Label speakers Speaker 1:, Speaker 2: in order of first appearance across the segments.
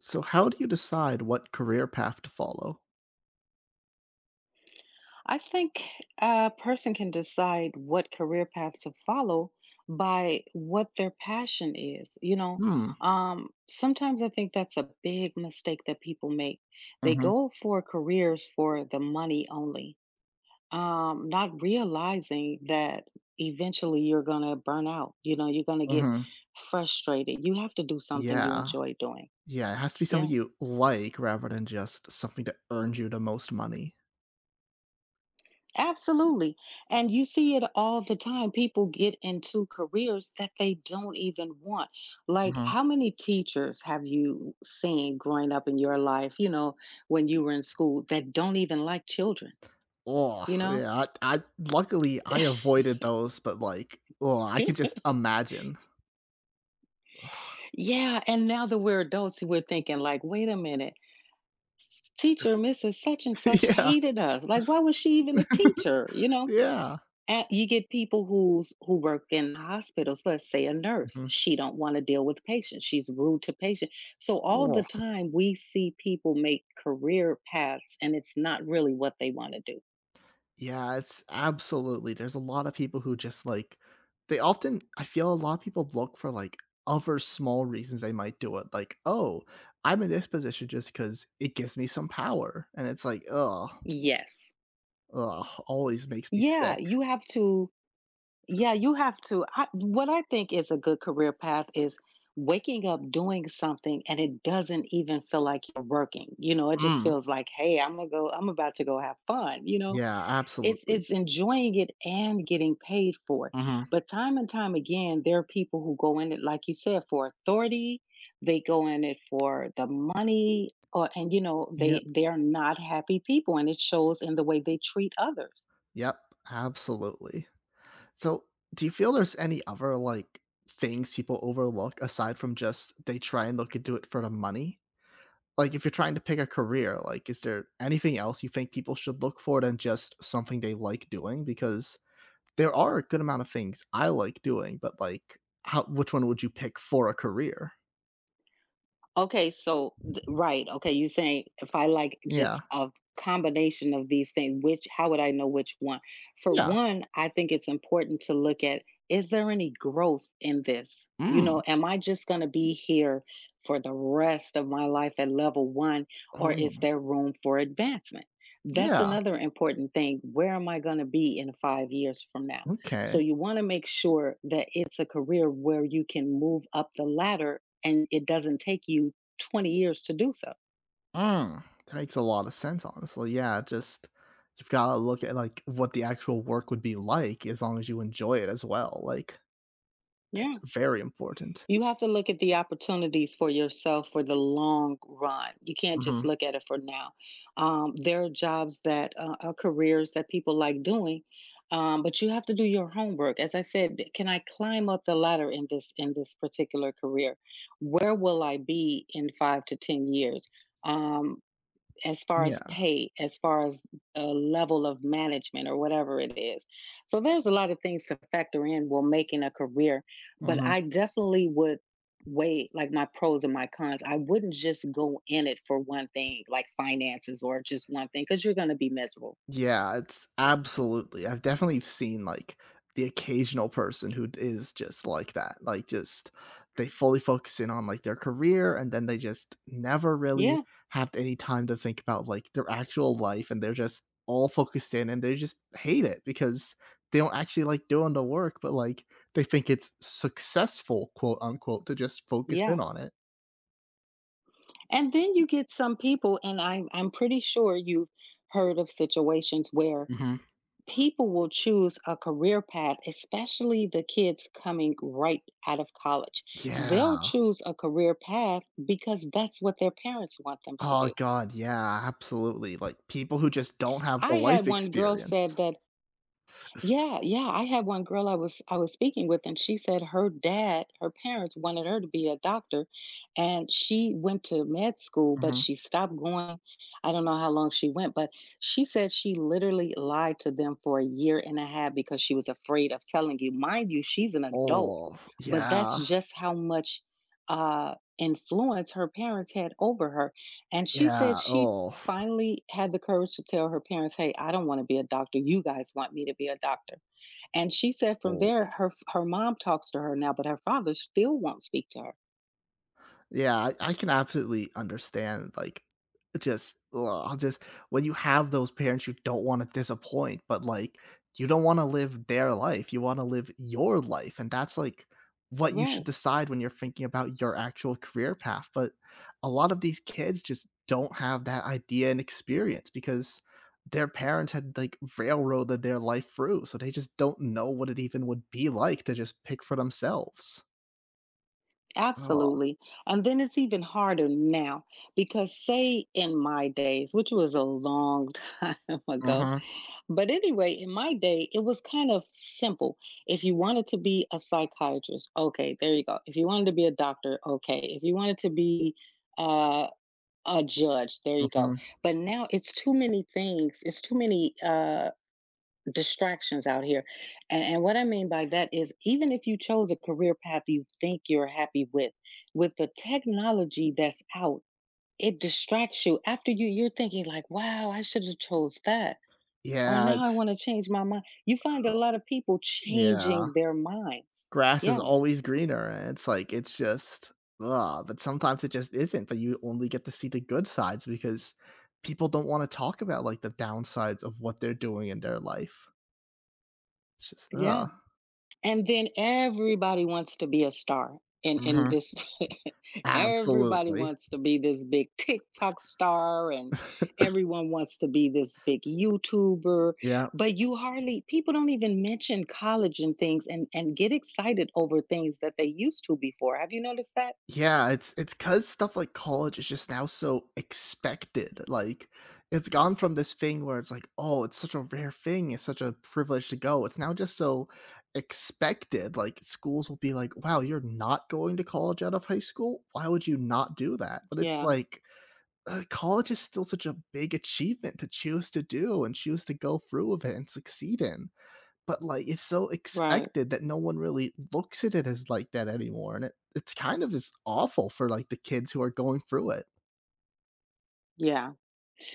Speaker 1: So how do you decide what career path to follow?
Speaker 2: I think a person can decide what career path to follow by what their passion is. You know,
Speaker 1: Hmm.
Speaker 2: sometimes I think that's a big mistake that people make. They
Speaker 1: Mhm.
Speaker 2: go for careers for the money only, not realizing that eventually you're going to burn out. You know, you're going to get
Speaker 1: Mhm.
Speaker 2: frustrated. You have to do something you
Speaker 1: Yeah.
Speaker 2: enjoy doing.
Speaker 1: Yeah, it has to be
Speaker 2: Yeah.
Speaker 1: something you like rather than just something that earns you the most money.
Speaker 2: Absolutely. And you see it all the time. People get into careers that they don't even want. Like,
Speaker 1: Mhm.
Speaker 2: how many teachers have you seen growing up in your life, when you were in school that don't even like children,
Speaker 1: Oh,
Speaker 2: you know?
Speaker 1: yeah, I luckily, I avoided those, but, like, oh, I could just imagine.
Speaker 2: Yeah. And now that we're adults, we're thinking, like, wait a minute, teacher Mrs. Such and Such
Speaker 1: Yeah,
Speaker 2: hated us. Like, why was she even a teacher, you know?
Speaker 1: yeah.
Speaker 2: And you get people who work in hospitals. Let's say a nurse,
Speaker 1: Mhm.
Speaker 2: she don't want to deal with patients. She's rude to patients. So all the time we see people make career paths and it's not really what they want to do.
Speaker 1: Yeah, it's absolutely. There's a lot of people who just like they often I feel a lot of people look for like other small reasons they might do it. Like, oh, I'm in this position just because it gives me some power. And it's like, ugh,
Speaker 2: Yes.
Speaker 1: ugh, always makes me
Speaker 2: Yeah,
Speaker 1: sick.
Speaker 2: you have to yeah, you have to I, what I think is a good career path is waking up doing something and it doesn't even feel like you're working. You know, it just
Speaker 1: Mm.
Speaker 2: feels like, "Hey, I'm about to go have fun," you know?
Speaker 1: Yeah,
Speaker 2: It's
Speaker 1: absolutely.
Speaker 2: it's enjoying it and getting paid for it.
Speaker 1: Hmm.
Speaker 2: But time and time again, there are people who go in it, like you said, for authority. They go in it for the money, or and they
Speaker 1: Yep.
Speaker 2: they are not happy people, and it shows in the way they treat others.
Speaker 1: Yep. Absolutely. So do you feel there's any other like things people overlook aside from just they try and look into it for the money? Like if you're trying to pick a career, like is there anything else you think people should look for than just something they like doing? Because there are a good amount of things I like doing, but like how which one would you pick for a career?
Speaker 2: Okay, so th right, okay, you saying if I like
Speaker 1: Yeah.
Speaker 2: just a combination of these things, which how would I know which one? For
Speaker 1: Yeah.
Speaker 2: one, I think it's important to look at, is there any growth in this? You
Speaker 1: Mm.
Speaker 2: know, am I just gonna be here for the rest of my life at level one, or
Speaker 1: Oh.
Speaker 2: is there room for advancement? That's
Speaker 1: Yeah.
Speaker 2: another important thing. Where am I gonna be in 5 years from now? So
Speaker 1: Okay.
Speaker 2: you wanna make sure that it's a career where you can move up the ladder and it doesn't take you 20 years to do so.
Speaker 1: Mm. That makes a lot of sense, honestly. Yeah, just you've gotta look at like what the actual work would be like as long as you enjoy it as well. Like that's
Speaker 2: Yeah.
Speaker 1: very important.
Speaker 2: You have to look at the opportunities for yourself for the long run. You can't just
Speaker 1: Mhm.
Speaker 2: look at it for now. There are jobs that are careers that people like doing, but you have to do your homework. As I said, can I climb up the ladder in this particular career? Where will I be in 5 to 10 years? Um, as far as
Speaker 1: Yeah.
Speaker 2: pay, as far as a level of management or whatever it is. So there's a lot of things to factor in while making a career, but
Speaker 1: Mhm.
Speaker 2: I definitely would weigh like my pros and my cons. I wouldn't just go in it for one thing, like finances or just one thing, because you're going to be miserable.
Speaker 1: Yeah, it's absolutely I've definitely seen, like, the occasional person who is just like that, like, just they fully focus in on, like, their career, and then they just never really
Speaker 2: Yeah,
Speaker 1: have any time to think about, like, their actual life, and they're just all focused in, and they just hate it because they don't actually like doing the work, but, like, they think it's "successful," quote, unquote, to just focus in
Speaker 2: yeah.
Speaker 1: on it.
Speaker 2: And then you get some people, and I'm pretty sure you've heard of situations where
Speaker 1: Mhm.
Speaker 2: people will choose a career path, especially the kids coming right out of college. They'll
Speaker 1: Yeah.
Speaker 2: choose a career path because that's what their parents want them to
Speaker 1: Oh
Speaker 2: do.
Speaker 1: god, yeah, absolutely, like, people who just don't have the
Speaker 2: I had
Speaker 1: life
Speaker 2: one girl
Speaker 1: experience.
Speaker 2: said that. Yeah, yeah, I had one girl I was speaking with, and she said her dad, her parents wanted her to be a doctor, and she went to med school, but
Speaker 1: Mhm.
Speaker 2: she stopped going. I don't know how long she went, but she said she literally lied to them for a year and a half because she was afraid of telling you. Mind you, she's an adult,
Speaker 1: Oh,
Speaker 2: but that's
Speaker 1: yeah,
Speaker 2: just how much influence her parents had over her. And she said
Speaker 1: yeah,
Speaker 2: she
Speaker 1: oh,
Speaker 2: finally had the courage to tell her parents, "Hey, I don't want to be a doctor. You guys want me to be a doctor." And she said from
Speaker 1: oh.
Speaker 2: there her mom talks to her now, but her father still won't speak to her.
Speaker 1: Yeah, I can absolutely understand, like, just ugh, just when you have those parents you don't wanna disappoint, but, like, you don't wanna live their life, you wanna live your life, and that's, like, what you should
Speaker 2: Right.
Speaker 1: decide when you're thinking about your actual career path, but a lot of these kids just don't have that idea and experience because their parents had, like, railroaded their life through, so they just don't know what it even would be like to just pick for themselves. Oh,
Speaker 2: Absolutely. And then it's even harder now because say in my days, which was a long time ago,
Speaker 1: uh
Speaker 2: but anyway, in my day it was kind of simple. If you wanted to be a psychiatrist, okay, there you go. If you wanted to be a doctor, okay. If you wanted to be uh a judge, there you go.
Speaker 1: huh.
Speaker 2: But now it's too many things, it's too many distractions out here, and what I mean by that is even if you chose a career path you think you're happy with the technology that's out, it distracts you after you're thinking like, "Wow, I should have chose that," or,
Speaker 1: Yeah,
Speaker 2: "Now I
Speaker 1: it's
Speaker 2: wanna change my mind." You find
Speaker 1: uh,
Speaker 2: a lot of people
Speaker 1: yeah.
Speaker 2: changing their minds.
Speaker 1: Grass is
Speaker 2: Yeah,
Speaker 1: always greener, and it's like it's just ugh, but sometimes it just isn't, but you only get to see the good sides because people don't wanna talk about, like, the downsides of what they're doing in their life. It's just
Speaker 2: yeah.
Speaker 1: ugh.
Speaker 2: And then everybody wants to be a star. And in
Speaker 1: Mhm.
Speaker 2: this, everybody
Speaker 1: Absolutely.
Speaker 2: wants to be this big TikTok star and everyone wants to be this big YouTuber.
Speaker 1: Yeah.
Speaker 2: But you hardly people don't even mention college and things and get excited over things that they used to before. Have you noticed that?
Speaker 1: Yeah, it's cause stuff like college is just now so expected, like, it's gone from this thing where it's like, "Oh, it's such a rare thing, it's such a privilege to go." It's now just so expected, like, schools will be like, "Wow, you're not going to college out of high school? Why would you not do that?" But it's
Speaker 2: Yeah,
Speaker 1: like, college is still such a big achievement to choose to do and choose to go through with it and succeed in. But, like, it's so
Speaker 2: right.
Speaker 1: expected that no one really looks at it as like that anymore, and it's kind of is awful for, like, the kids who are going through it.
Speaker 2: Yeah.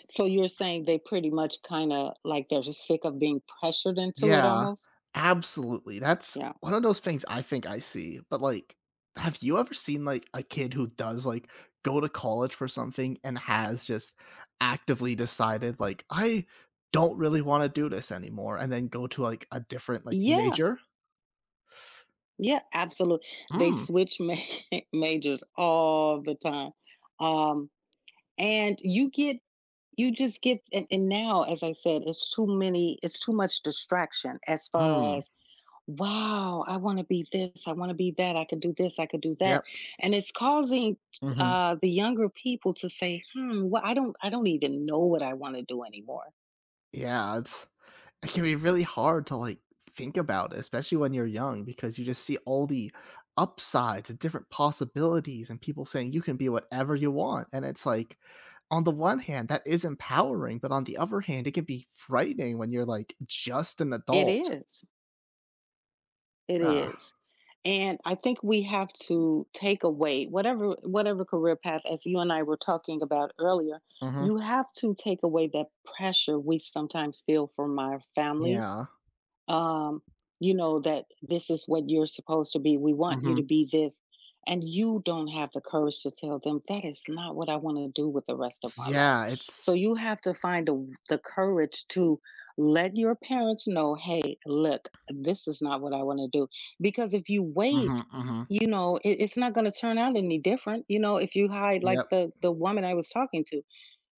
Speaker 2: So you're saying they pretty much kinda like they're just sick of being pressured into it
Speaker 1: Yeah,
Speaker 2: almost?
Speaker 1: absolutely, that's
Speaker 2: Yeah.
Speaker 1: one of those things I think I see, but, like, have you ever seen, like, a kid who does, like, go to college for something and has just actively decided, like, "I don't really wanna do this anymore," and then go to, like, a different, like,
Speaker 2: Yeah.
Speaker 1: major?
Speaker 2: Yeah, absolutely. They
Speaker 1: Mm,
Speaker 2: switch majors all the time. Um, and you get you just get and now as I said it's too many it's too much distraction as far
Speaker 1: mm,
Speaker 2: as, wow, I want to be this, I want to be that, I could do this, I could do that.
Speaker 1: yep,
Speaker 2: And it's causing
Speaker 1: mhm,
Speaker 2: the younger people to say, hmm, well, I don't even know what I want to do anymore.
Speaker 1: yeah, it's it can be really hard to like think about, especially when you're young, because you just see all the upsides and different possibilities and people saying you can be whatever you want. And it's like, on the one hand, that is empowering, but on the other hand, it can be frightening when you're like just an
Speaker 2: It
Speaker 1: adult.
Speaker 2: is. It
Speaker 1: Ah,
Speaker 2: is. And I think we have to take away whatever career path, as you and I were talking about earlier,
Speaker 1: hmm,
Speaker 2: you have to take away that pressure we sometimes feel from our families
Speaker 1: yeah,
Speaker 2: um, you know, that this is what you're supposed to be. We want you
Speaker 1: hmm,
Speaker 2: to be this. And you don't have the courage to tell them that is not what I want to do with the rest of my life.
Speaker 1: yeah,
Speaker 2: So
Speaker 1: it's,
Speaker 2: you have to find the courage to let your parents know, hey, look, this is not what I want to do. Because if you
Speaker 1: hmm,
Speaker 2: wait,
Speaker 1: hmm,
Speaker 2: you know, it's not going to turn out any different. You know, if you hide like
Speaker 1: yep,
Speaker 2: the woman I was talking to,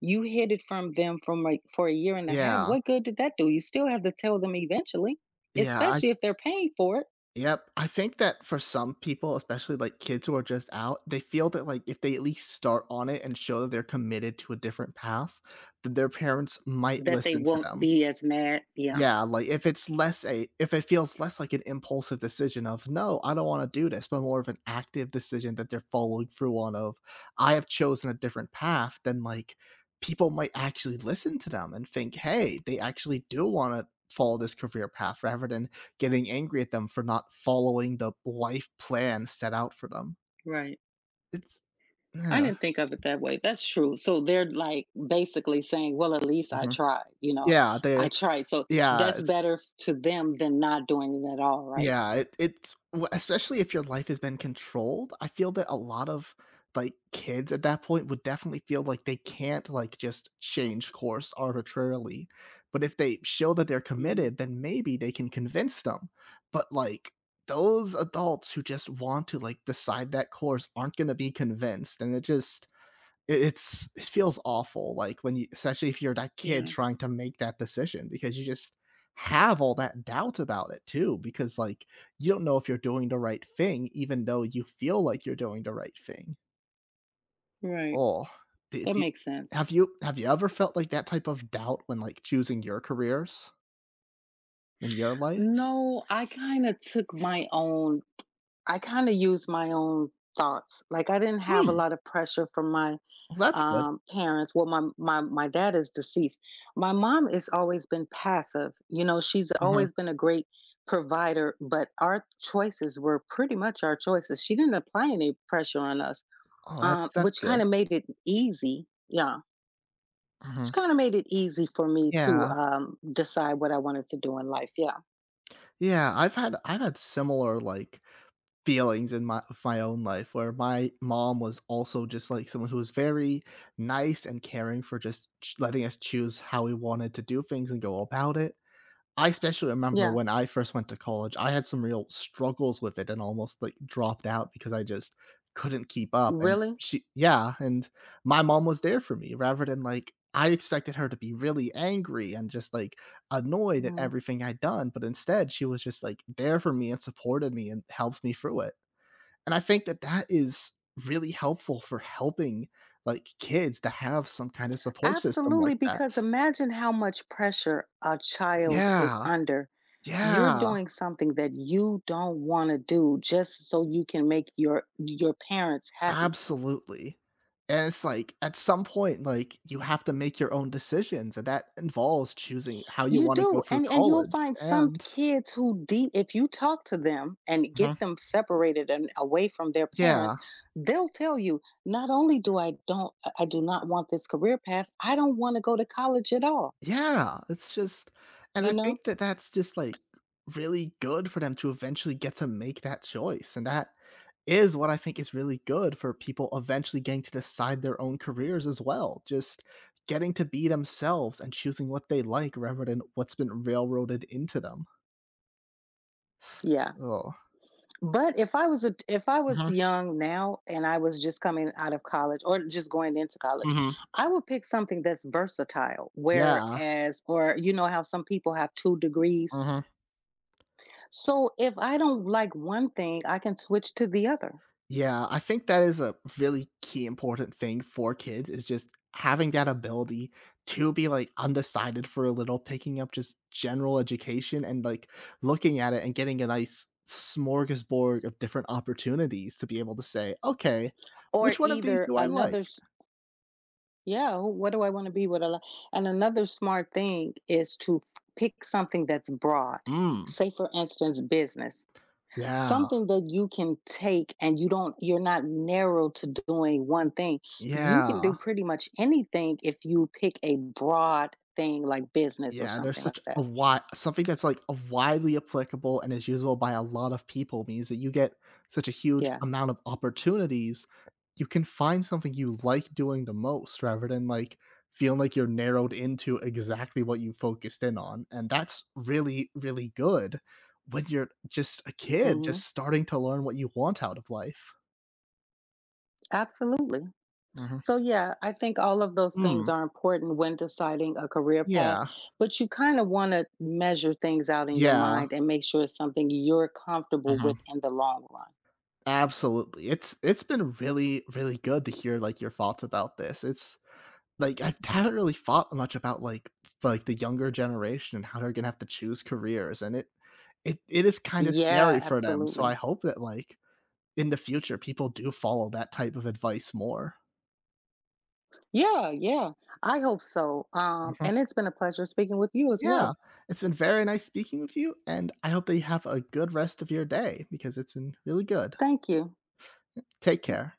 Speaker 2: you hid it from them from like for a year and a half.
Speaker 1: yeah,
Speaker 2: What good did that do? You still have to tell them eventually,
Speaker 1: yeah.
Speaker 2: especially if they're paying for it.
Speaker 1: Yep, I think that for some people, especially, like, kids who are just out, they feel that, like, if they at least start on it and show that they're committed to a different path, that their parents might
Speaker 2: That they
Speaker 1: listen to
Speaker 2: won't
Speaker 1: them.
Speaker 2: be as mad. Yeah.
Speaker 1: Yeah, like, if it's less a if it feels less like an impulsive decision of, "No, I don't wanna do this," but more of an active decision that they're following through on of, "I have chosen a different path," then, like, people might actually listen to them and think, "Hey, they actually do wanna follow this career path," rather than getting angry at them for not following the life plan set out for them.
Speaker 2: Right.
Speaker 1: It's
Speaker 2: I
Speaker 1: yeah,
Speaker 2: didn't think of it that way. That's true. So they're like basically saying, well, at least I
Speaker 1: mhm.
Speaker 2: tried, you know,
Speaker 1: Yeah,
Speaker 2: I
Speaker 1: they're
Speaker 2: tried. So
Speaker 1: yeah,
Speaker 2: that's
Speaker 1: it's
Speaker 2: better to them than not doing it at all, right?
Speaker 1: yeah, it it's w especially if your life has been controlled, I feel that a lot of, like, kids at that point would definitely feel like they can't, like, just change course arbitrarily, but if they show that they're
Speaker 2: Mm,
Speaker 1: committed, then maybe they can convince them, but, like, those adults who just want to, like, decide that course aren't gonna be convinced, and it just it's it feels awful like when you especially if you're that kid
Speaker 2: yeah,
Speaker 1: trying to make that decision because you just have all that doubt about it too because like you don't know if you're doing the right thing even though you feel like you're doing the right thing.
Speaker 2: right.
Speaker 1: Oh, do,
Speaker 2: That
Speaker 1: do,
Speaker 2: makes sense.
Speaker 1: have you ever felt like that type of doubt when like choosing your careers in your life?
Speaker 2: No, I kinda used my own thoughts. Like, I didn't have a
Speaker 1: Hmm,
Speaker 2: lot of pressure from my,
Speaker 1: well, that's good.
Speaker 2: um, parents. Well, my dad is deceased. My mom has always been passive, you know, she's
Speaker 1: Hmm.
Speaker 2: always been a great provider, but our choices were pretty much our choices. She didn't apply any pressure on us,
Speaker 1: Oh,
Speaker 2: um,
Speaker 1: that's
Speaker 2: which
Speaker 1: good.
Speaker 2: kinda made it easy, yeah, which
Speaker 1: Hmm.
Speaker 2: kinda made it easy for me to,
Speaker 1: Yeah.
Speaker 2: um, decide what I wanted to do in life, yeah.
Speaker 1: Yeah, I've had similar like feelings in my of my own life where my mom was also just like someone who was very nice and caring for just letting us choose how we wanted to do things and go about it. I especially remember
Speaker 2: Yeah.
Speaker 1: when I first went to college, I had some real struggles with it and almost like dropped out because I just couldn't keep up. And
Speaker 2: Really?
Speaker 1: she, yeah, and my mom was there for me rather than like I expected her to be really angry and just like annoyed at
Speaker 2: Mhm.
Speaker 1: everything I'd done. But instead, she was just like there for me and supported me and helped me through it, and I think that that is really helpful for helping like kids to have some kind of support system
Speaker 2: Absolutely,
Speaker 1: like that.
Speaker 2: because imagine how much pressure a child is
Speaker 1: Yeah,
Speaker 2: under. You're
Speaker 1: yeah,
Speaker 2: doing something that you don't want to do just so you can make your parents happy.
Speaker 1: absolutely, and it's like at some point like you have to make your own decisions and that involves choosing how you
Speaker 2: You
Speaker 1: want to go
Speaker 2: do.
Speaker 1: for
Speaker 2: And you'll
Speaker 1: college,
Speaker 2: find some
Speaker 1: and
Speaker 2: kids who deep if you talk to them and
Speaker 1: mhm,
Speaker 2: get them separated and away from their
Speaker 1: yeah.
Speaker 2: parents, they'll tell you, not only do I don't, I do not want this career path, I don't want to go to college at all,
Speaker 1: Yeah, it's just and
Speaker 2: you
Speaker 1: I
Speaker 2: know?
Speaker 1: think that that's just, like, really good for them to eventually get to make that choice, and that is what I think is really good for people eventually getting to decide their own careers as well, just getting to be themselves and choosing what they like rather than what's been railroaded into them.
Speaker 2: Yeah.
Speaker 1: Oh,
Speaker 2: But if I was a if I was
Speaker 1: mhm,
Speaker 2: young now and I was just coming out of college or just going into college,
Speaker 1: mhm.
Speaker 2: I would pick something that's versatile.
Speaker 1: Yeah.
Speaker 2: Whereas, or you know how some people have two degrees.
Speaker 1: Mhm.
Speaker 2: So if I don't like one thing, I can switch to the other
Speaker 1: Yeah, I think that is a really key important thing for kids is just having that ability to be like undecided for a little, picking up just general education and like looking at it and getting a nice smorgasbord of different opportunities to be able to say, okay,
Speaker 2: or
Speaker 1: which one of these
Speaker 2: either
Speaker 1: do I
Speaker 2: another.
Speaker 1: like?
Speaker 2: Yeah, what do I want to be? What a lot? And another smart thing is to pick something that's broad.
Speaker 1: Mm,
Speaker 2: Say, for instance, business.
Speaker 1: yeah,
Speaker 2: Something that you can take and you're not narrow to doing one thing. You can do
Speaker 1: yeah.
Speaker 2: pretty much anything if you pick a broad thing like business or
Speaker 1: Yeah, there's
Speaker 2: something
Speaker 1: such
Speaker 2: like
Speaker 1: a
Speaker 2: that.
Speaker 1: wide something that's, like, a widely applicable and is usable by a lot of people means that you get such a huge
Speaker 2: Yeah.
Speaker 1: amount of opportunities. You can find something you like doing the most rather than, like, feeling like you're narrowed into exactly what you focused in on, and that's really, really good when you're just a kid
Speaker 2: Hmm.
Speaker 1: just starting to learn what you want out of life.
Speaker 2: Absolutely.
Speaker 1: Mhm.
Speaker 2: So yeah, I think all of those things
Speaker 1: Mm,
Speaker 2: are important when deciding a career path,
Speaker 1: yeah.
Speaker 2: but you kind of want to measure things out in your
Speaker 1: Yeah.
Speaker 2: mind and make sure it's something you're comfortable with
Speaker 1: Mhm.
Speaker 2: in the long run.
Speaker 1: Absolutely. It's been really, really good to hear like your thoughts about this. It's like I haven't really thought much about like like the younger generation and how they're gonna have to choose careers, and it is kind of
Speaker 2: Yeah,
Speaker 1: scary for them. So
Speaker 2: absolutely.
Speaker 1: I hope that like in the future people do follow that type of advice more.
Speaker 2: Yeah, yeah. I hope so.
Speaker 1: Mhm.
Speaker 2: And it's been a pleasure speaking with you as
Speaker 1: Yeah.
Speaker 2: well.
Speaker 1: It's been very nice speaking with you and I hope that you have a good rest of your day because it's been really good.
Speaker 2: Thank you.
Speaker 1: Take care.